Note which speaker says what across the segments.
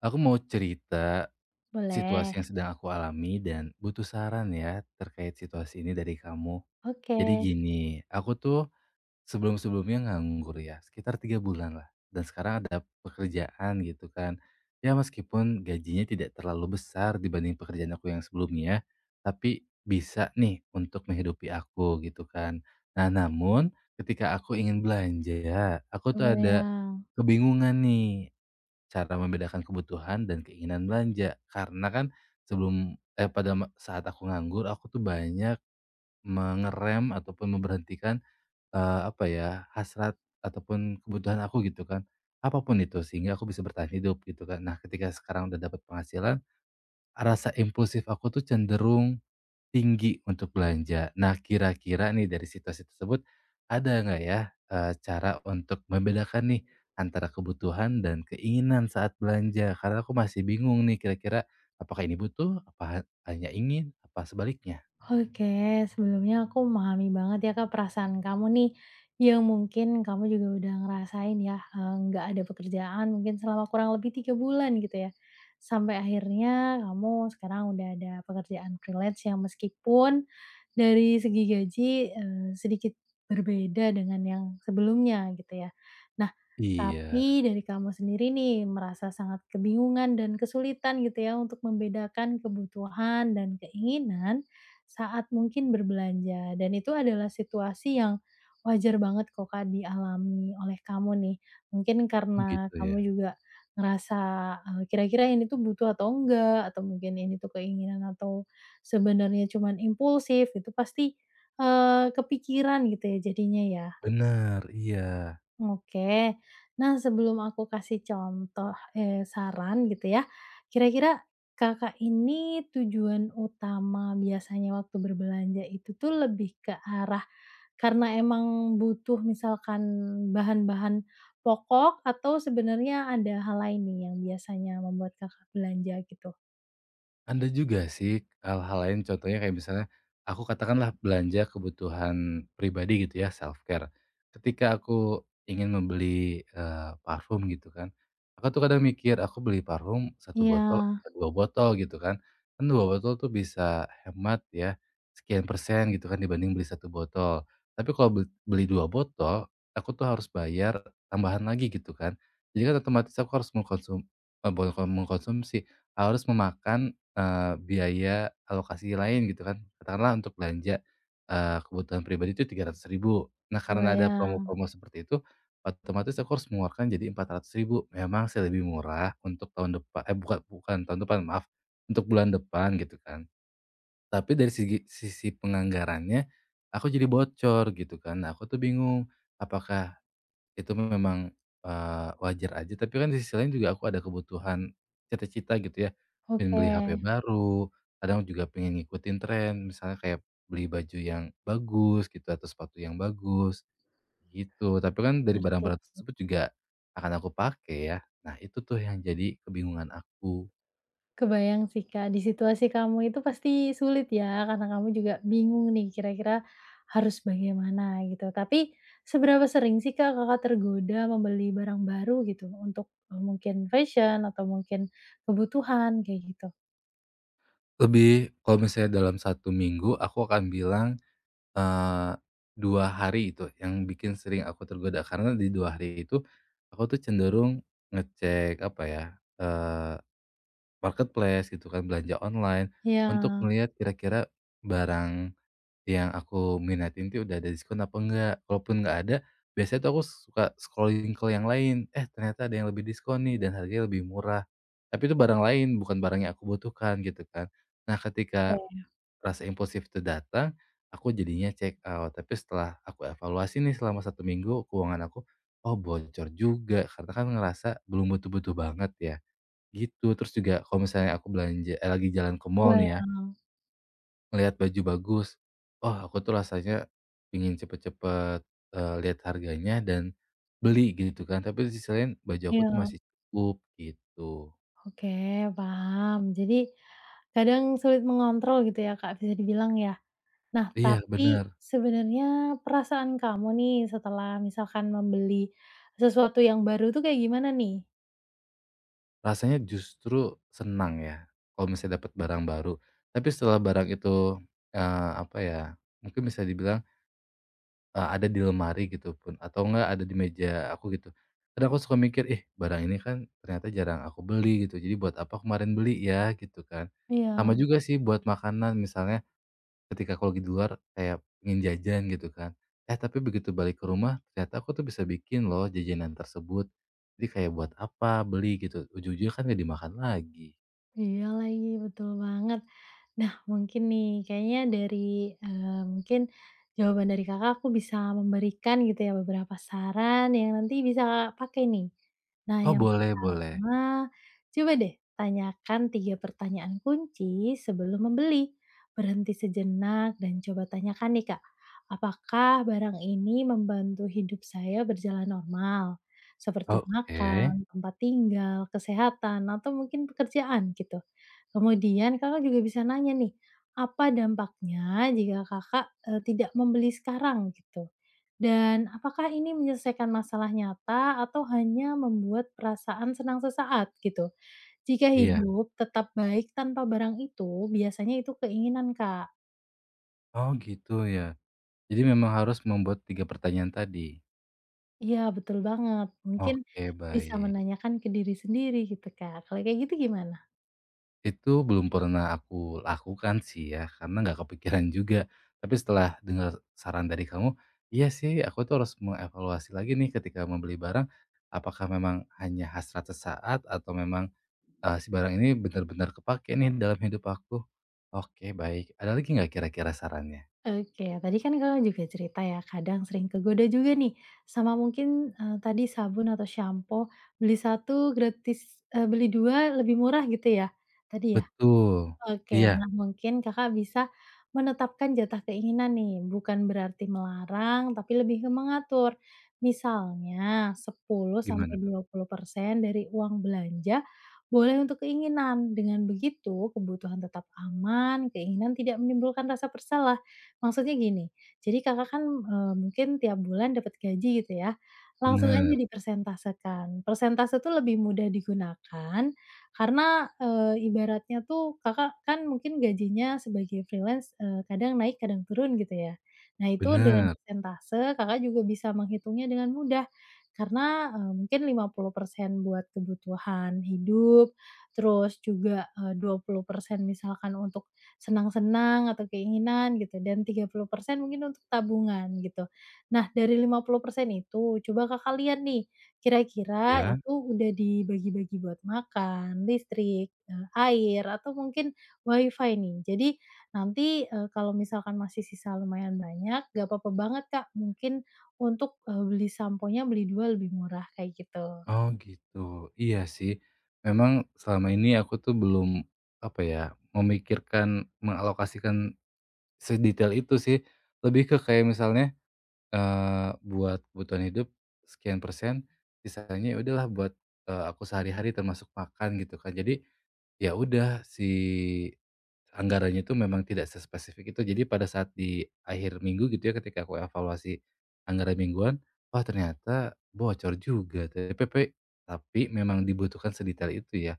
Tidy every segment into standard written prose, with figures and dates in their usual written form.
Speaker 1: Aku mau cerita
Speaker 2: Boleh,
Speaker 1: situasi yang sedang aku alami dan butuh saran ya terkait situasi ini dari kamu.
Speaker 2: oke,
Speaker 1: Jadi gini, aku tuh sebelum-sebelumnya nganggur ya, sekitar 3 bulan lah. Dan sekarang ada pekerjaan gitu kan. Ya meskipun gajinya tidak terlalu besar dibanding pekerjaan aku yang sebelumnya, tapi bisa nih untuk menghidupi aku gitu kan. Nah, namun ketika aku ingin belanja, aku tuh ada
Speaker 2: kebayang.
Speaker 1: kebingungan nih, cara membedakan kebutuhan dan keinginan belanja. Karena kan sebelum eh, pada ma saat aku nganggur, aku tuh banyak mengerem ataupun memberhentikan, apa ya, hasrat ataupun kebutuhan aku gitu kan, apapun itu, sehingga aku bisa bertahan hidup gitu kan. Nah, ketika sekarang udah dapat penghasilan, rasa impulsif aku tuh cenderung tinggi untuk belanja. Nah, kira-kira nih dari situasi tersebut, ada nggak ya, cara untuk membedakan nih antara kebutuhan dan keinginan saat belanja? Karena aku masih bingung nih kira-kira apakah ini butuh, apa hanya ingin, apa sebaliknya?
Speaker 2: Oke, sebelumnya aku memahami banget ya Kak perasaan kamu nih, yang mungkin kamu juga udah ngerasain ya, nggak ada pekerjaan mungkin selama kurang lebih 3 bulan gitu ya. Sampai akhirnya kamu sekarang udah ada pekerjaan freelance yang meskipun dari segi gaji, sedikit berbeda dengan yang sebelumnya gitu ya. Nah,
Speaker 1: Iya.
Speaker 2: tapi dari kamu sendiri nih merasa sangat kebingungan dan kesulitan gitu ya untuk membedakan kebutuhan dan keinginan saat mungkin berbelanja dan itu adalah situasi yang wajar banget kok, Kak, dialami oleh kamu nih. Mungkin
Speaker 1: Oh
Speaker 2: karena
Speaker 1: gitu
Speaker 2: kamu
Speaker 1: ya?
Speaker 2: juga ngerasa, kira-kira ini tuh butuh atau enggak, atau mungkin ini tuh keinginan atau sebenarnya cuman impulsif, itu pasti, kepikiran gitu ya jadinya ya?
Speaker 1: Benar, iya.
Speaker 2: Oke. Nah, sebelum aku kasih contoh, saran gitu ya, kira-kira Kakak ini tujuan utama biasanya waktu berbelanja itu tuh lebih ke arah karena emang butuh misalkan bahan-bahan pokok atau sebenarnya ada hal lain nih yang biasanya membuat Kakak belanja gitu?
Speaker 1: Ada juga sih hal-hal lain, contohnya kayak misalnya, aku katakanlah belanja kebutuhan pribadi gitu ya, self-care. Ketika aku ingin membeli, parfum gitu kan, aku tuh kadang mikir, aku beli parfum satu
Speaker 2: Iya,
Speaker 1: botol apa 2 botol gitu kan. Kan 2 botol tuh bisa hemat ya, sekian persen gitu kan dibanding beli satu botol. Tapi kalau beli 2 botol, aku tuh harus bayar tambahan lagi gitu kan. Jadi kan otomatis aku harus bukan mengkonsumsi, harus memakan biaya alokasi lain gitu kan, katakanlah untuk belanja, kebutuhan pribadi itu 300.000. Nah, karena ada
Speaker 2: kebayang.
Speaker 1: promo-promo seperti itu, otomatis aku harus mengeluarkan jadi 400.000. Memang sih lebih murah untuk tahun depan, eh, bukan bukan tahun depan, maaf, untuk bulan depan gitu kan. Tapi dari segi sisi penganggarannya, aku jadi bocor gitu kan. Nah, aku tuh bingung, apakah itu memang, wajar aja, tapi kan di sisi lain juga aku ada kebutuhan cita-cita gitu ya, pengen
Speaker 2: Oke,
Speaker 1: beli HP baru, kadang juga pengen ngikutin tren, misalnya kayak beli baju yang bagus gitu atau sepatu yang bagus, gitu. Tapi kan dari
Speaker 2: ngerti.
Speaker 1: barang-barang tersebut juga akan aku pakai ya. Nah, itu tuh yang jadi kebingungan aku.
Speaker 2: Kebayang sih, Kak, di situasi kamu itu pasti sulit ya, karena kamu juga bingung nih kira-kira harus bagaimana gitu. Tapi seberapa sering sih, Kak, Kakak tergoda membeli barang baru gitu untuk, mungkin fashion atau mungkin kebutuhan kayak gitu?
Speaker 1: Lebih kalau misalnya dalam satu minggu aku akan bilang, Eee, 2 hari itu yang bikin sering aku tergoda, karena di 2 hari itu aku tuh cenderung ngecek apa ya, eee, marketplace gitu kan, belanja online untuk
Speaker 2: Ya,
Speaker 1: melihat kira-kira barang yang aku minatin tuh udah ada diskon apa enggak. Kalaupun enggak ada, biasanya tuh aku suka scrolling ke yang lain, eh, ternyata ada yang lebih diskon nih dan harganya lebih murah. Tapi itu barang lain, bukan barang yang aku butuhkan gitu kan. Nah, ketika
Speaker 2: oke,
Speaker 1: rasa impulsif itu datang, aku jadinya check out. Tapi setelah aku evaluasi nih selama satu minggu keuangan aku, oh bocor juga karena kan ngerasa belum butuh-butuh banget ya, gitu. Terus juga kalau misalnya aku belanja, eh, lagi jalan ke mall nih ya,
Speaker 2: kebayang,
Speaker 1: ngelihat baju bagus, oh aku tuh rasanya ingin cepet-cepet, lihat harganya dan beli gitu kan. Tapi di sisi lain baju aku tuh
Speaker 2: ya.
Speaker 1: masih cukup gitu.
Speaker 2: Oke, paham. Jadi, kadang sulit mengontrol gitu ya, Kak, bisa dibilang ya. Nah,
Speaker 1: Iya
Speaker 2: tapi
Speaker 1: benar.
Speaker 2: sebenarnya perasaan kamu nih setelah misalkan membeli sesuatu yang baru tuh kayak gimana nih?
Speaker 1: Rasanya justru senang ya, kalau misalnya dapat barang baru. Tapi setelah barang itu, apa ya, mungkin bisa dibilang, ada di lemari gitu pun atau enggak ada di meja aku gitu. Kadang aku suka mikir, "Ih, barang ini kan ternyata jarang aku beli gitu, jadi buat apa kemarin beli ya?" Gitu kan. Sama
Speaker 2: Iya.
Speaker 1: juga sih buat makanan misalnya. Ketika kalau lagi di luar kayak pengen jajan gitu kan. Eh, tapi begitu balik ke rumah ternyata aku tuh bisa bikin loh jajanan tersebut. Jadi kayak buat apa beli gitu, ujung-ujungnya kan nggak dimakan lagi.
Speaker 2: Iya lagi, betul banget. Nah, mungkin nih, kayaknya dari, mungkin jawaban dari Kakak, aku bisa memberikan gitu ya beberapa saran yang nanti bisa Kakak pakai nih. Nah,
Speaker 1: Oh,
Speaker 2: yang
Speaker 1: boleh boleh.
Speaker 2: pertama, coba deh tanyakan 3 pertanyaan kunci sebelum membeli. Berhenti sejenak dan coba tanyakan nih, Kak, "Apakah barang ini membantu hidup saya berjalan normal?" seperti
Speaker 1: Oke.
Speaker 2: makan, tempat tinggal, kesehatan, atau mungkin pekerjaan gitu. Kemudian Kakak juga bisa nanya nih, apa dampaknya jika Kakak, tidak membeli sekarang gitu? Dan apakah ini menyelesaikan masalah nyata atau hanya membuat perasaan senang sesaat gitu? Jika
Speaker 1: Iya.
Speaker 2: hidup tetap baik tanpa barang itu, biasanya itu keinginan, Kak.
Speaker 1: Oh gitu ya. Jadi memang harus membuat 3 pertanyaan tadi?
Speaker 2: Iya betul banget, mungkin
Speaker 1: Oke,
Speaker 2: bisa
Speaker 1: baik.
Speaker 2: menanyakan ke diri sendiri gitu, Kak. Kalau kayak gitu gimana?
Speaker 1: Itu belum pernah aku lakukan sih ya, karena nggak kepikiran juga. Tapi setelah dengar saran dari kamu, iya sih aku tuh harus mengevaluasi lagi nih ketika membeli barang, apakah memang hanya hasrat sesaat atau memang, si barang ini benar-benar kepake nih dalam hidup aku. Oke baik, ada lagi nggak kira-kira sarannya?
Speaker 2: Oke, tadi kan Kakak juga cerita ya, kadang sering kegoda juga nih sama mungkin, tadi sabun atau sampo, beli satu gratis beli 2 lebih murah gitu ya, tadi ya?
Speaker 1: Betul,
Speaker 2: Oke,
Speaker 1: iya,
Speaker 2: nah mungkin Kakak bisa menetapkan jatah keinginan nih, bukan berarti melarang, tapi lebih ke mengatur. Misalnya 10
Speaker 1: gimana
Speaker 2: sampai
Speaker 1: tuh?
Speaker 2: persen dari uang belanja boleh untuk keinginan. Dengan begitu, kebutuhan tetap aman, keinginan tidak menimbulkan rasa bersalah. Maksudnya gini, jadi Kakak kan mungkin tiap bulan dapat gaji gitu ya, langsung aja
Speaker 1: Bener
Speaker 2: dipersentasekan. Persentase itu lebih mudah digunakan karena, ibaratnya tuh Kakak kan mungkin gajinya sebagai freelance, kadang naik kadang turun gitu ya. Nah itu dengan Mhm.
Speaker 1: bener,
Speaker 2: persentase Kakak juga bisa menghitungnya dengan mudah, karena, mungkin 50% buat kebutuhan hidup, terus juga, eh, 20% misalkan untuk senang-senang atau keinginan gitu, dan 30% mungkin untuk tabungan gitu. Nah dari 50% itu coba Kakak lihat nih kira-kira
Speaker 1: iya.
Speaker 2: itu udah dibagi-bagi buat makan, listrik, air, atau mungkin WiFi nih. Jadi nanti, kalau misalkan masih sisa lumayan banyak, gak apa-apa banget, Kak, mungkin untuk, beli samponya beli 2 lebih murah, kayak gitu.
Speaker 1: Oh gitu, iya sih. Memang selama ini aku tuh belum, apa ya, memikirkan, mengalokasikan sedetail itu sih. Lebih ke kayak misalnya, buat kebutuhan hidup sekian persen, sisanya ya udahlah buat, aku sehari-hari termasuk makan gitu kan. Jadi, ya udah, si anggarannya itu memang tidak sespesifik itu. Jadi pada saat di akhir minggu gitu ya ketika aku evaluasi anggaran mingguan, wah ternyata bocor juga TPP, tapi memang dibutuhkan sedetail itu ya.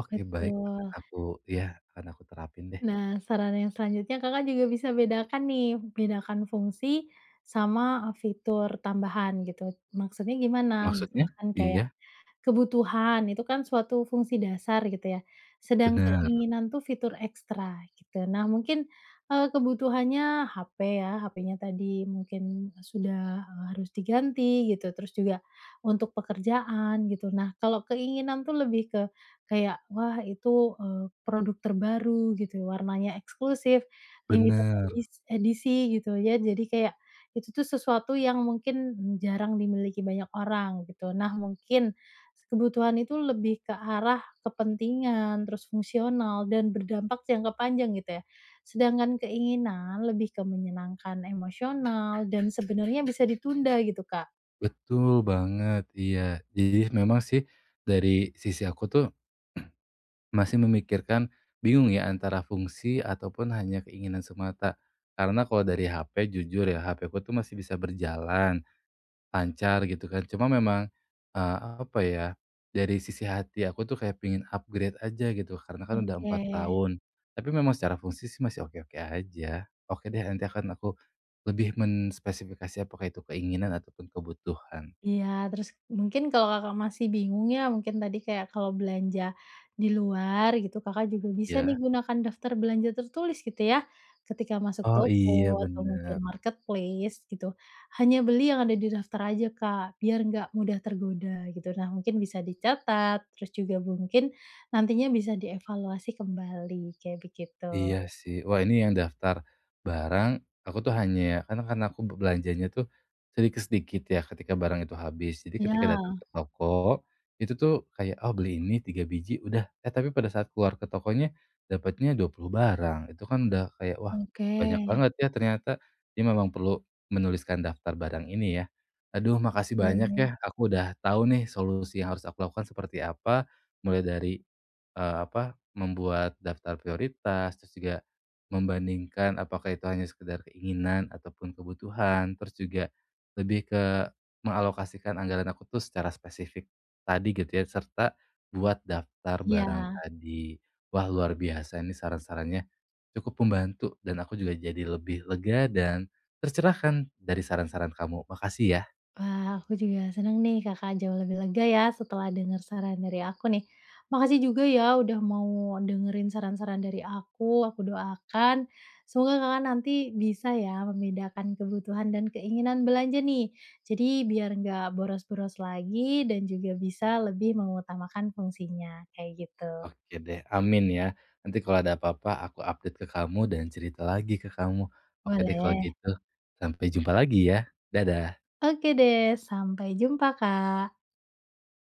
Speaker 1: Oke baik, akan
Speaker 2: Betul.
Speaker 1: aku ya akan aku terapin deh.
Speaker 2: Nah, saran yang selanjutnya Kakak juga bisa bedakan nih, bedakan fungsi sama, fitur tambahan gitu. Maksudnya gimana?
Speaker 1: Maksudnya?
Speaker 2: Misalkan kayak
Speaker 1: Iya
Speaker 2: kebutuhan, itu kan suatu fungsi dasar gitu ya, sedang
Speaker 1: benar,
Speaker 2: keinginan tuh fitur ekstra gitu. Nah mungkin, kebutuhannya HP ya, HP-nya tadi mungkin sudah, harus diganti gitu, terus juga untuk pekerjaan gitu. Nah kalau keinginan tuh lebih ke kayak, wah itu, produk terbaru gitu, warnanya eksklusif, limited
Speaker 1: benar,
Speaker 2: edis edisi gitu ya, jadi kayak itu tuh sesuatu yang mungkin, jarang dimiliki banyak orang gitu. Nah mungkin kebutuhan itu lebih ke arah kepentingan, terus fungsional dan berdampak jangka panjang gitu ya. Sedangkan keinginan lebih ke menyenangkan emosional dan sebenarnya bisa ditunda gitu, Kak.
Speaker 1: betul banget, iya. Jadi memang sih dari sisi aku tuh masih memikirkan, bingung ya antara fungsi ataupun hanya keinginan semata. Karena kalau dari HP jujur ya, HP ku tuh masih bisa berjalan, lancar gitu kan. Cuma memang, eee, apa ya, dari sisi hati aku tuh kayak pengen upgrade aja gitu, karena kan udah
Speaker 2: Oke.
Speaker 1: 4 tahun. Tapi memang secara fungsi sih masih oke-oke aja. Oke deh, nanti akan aku lebih menspesifikasi apakah itu keinginan ataupun kebutuhan,
Speaker 2: Iya, terus mungkin kalau Kakak masih bingung ya, mungkin tadi kayak kalau belanja di luar gitu, Kakak juga bisa nih
Speaker 1: ya.
Speaker 2: gunakan daftar belanja tertulis gitu ya, ketika masuk
Speaker 1: Oh,
Speaker 2: toko
Speaker 1: iya
Speaker 2: atau mungkin
Speaker 1: bener.
Speaker 2: marketplace gitu. Hanya beli yang ada di daftar aja, Kak, biar nggak mudah tergoda gitu. Nah, mungkin bisa dicatat, terus juga mungkin nantinya bisa dievaluasi kembali, kayak begitu.
Speaker 1: Iya sih. Wah, ini yang daftar barang, aku tuh hanya ya, karena aku belanjanya tuh sedikit-sedikit ya ketika barang itu habis. Jadi ketika datang
Speaker 2: Ya,
Speaker 1: ke toko, itu tuh kayak, "Oh, beli ini 3 biji, udah." Eh, tapi pada saat keluar ke tokonya dapatnya 20 barang. Itu kan udah kayak, wah
Speaker 2: oke.
Speaker 1: banyak banget ya ternyata. Jadi memang perlu menuliskan daftar barang ini ya. Aduh, makasih banyak ya.
Speaker 2: Betul,
Speaker 1: Aku udah tahu nih solusi yang harus aku lakukan seperti apa, mulai dari apa, membuat daftar prioritas, terus juga membandingkan apakah itu hanya sekedar keinginan ataupun kebutuhan, terus juga lebih ke mengalokasikan anggaran aku tuh secara spesifik tadi gitu ya, serta buat daftar barang
Speaker 2: iya.
Speaker 1: tadi. Wah, luar biasa ini saran-sarannya cukup membantu dan aku juga jadi lebih lega dan tercerahkan dari saran-saran kamu. Makasih ya.
Speaker 2: Wah, aku juga seneng nih Kakak jauh lebih lega ya setelah dengar saran dari aku nih. Makasih juga ya udah mau dengerin saran-saran dari aku doakan semoga Kakak nanti bisa ya membedakan kebutuhan dan keinginan belanja nih. Jadi biar nggak boros-boros lagi dan juga bisa lebih mengutamakan fungsinya, kayak gitu.
Speaker 1: Oke deh, amin ya. Nanti kalau ada apa-apa aku update ke kamu dan cerita lagi ke kamu. Oke deh kalau
Speaker 2: Boleh.
Speaker 1: gitu, sampai jumpa lagi ya. Dadah.
Speaker 2: Oke deh, sampai jumpa Kak.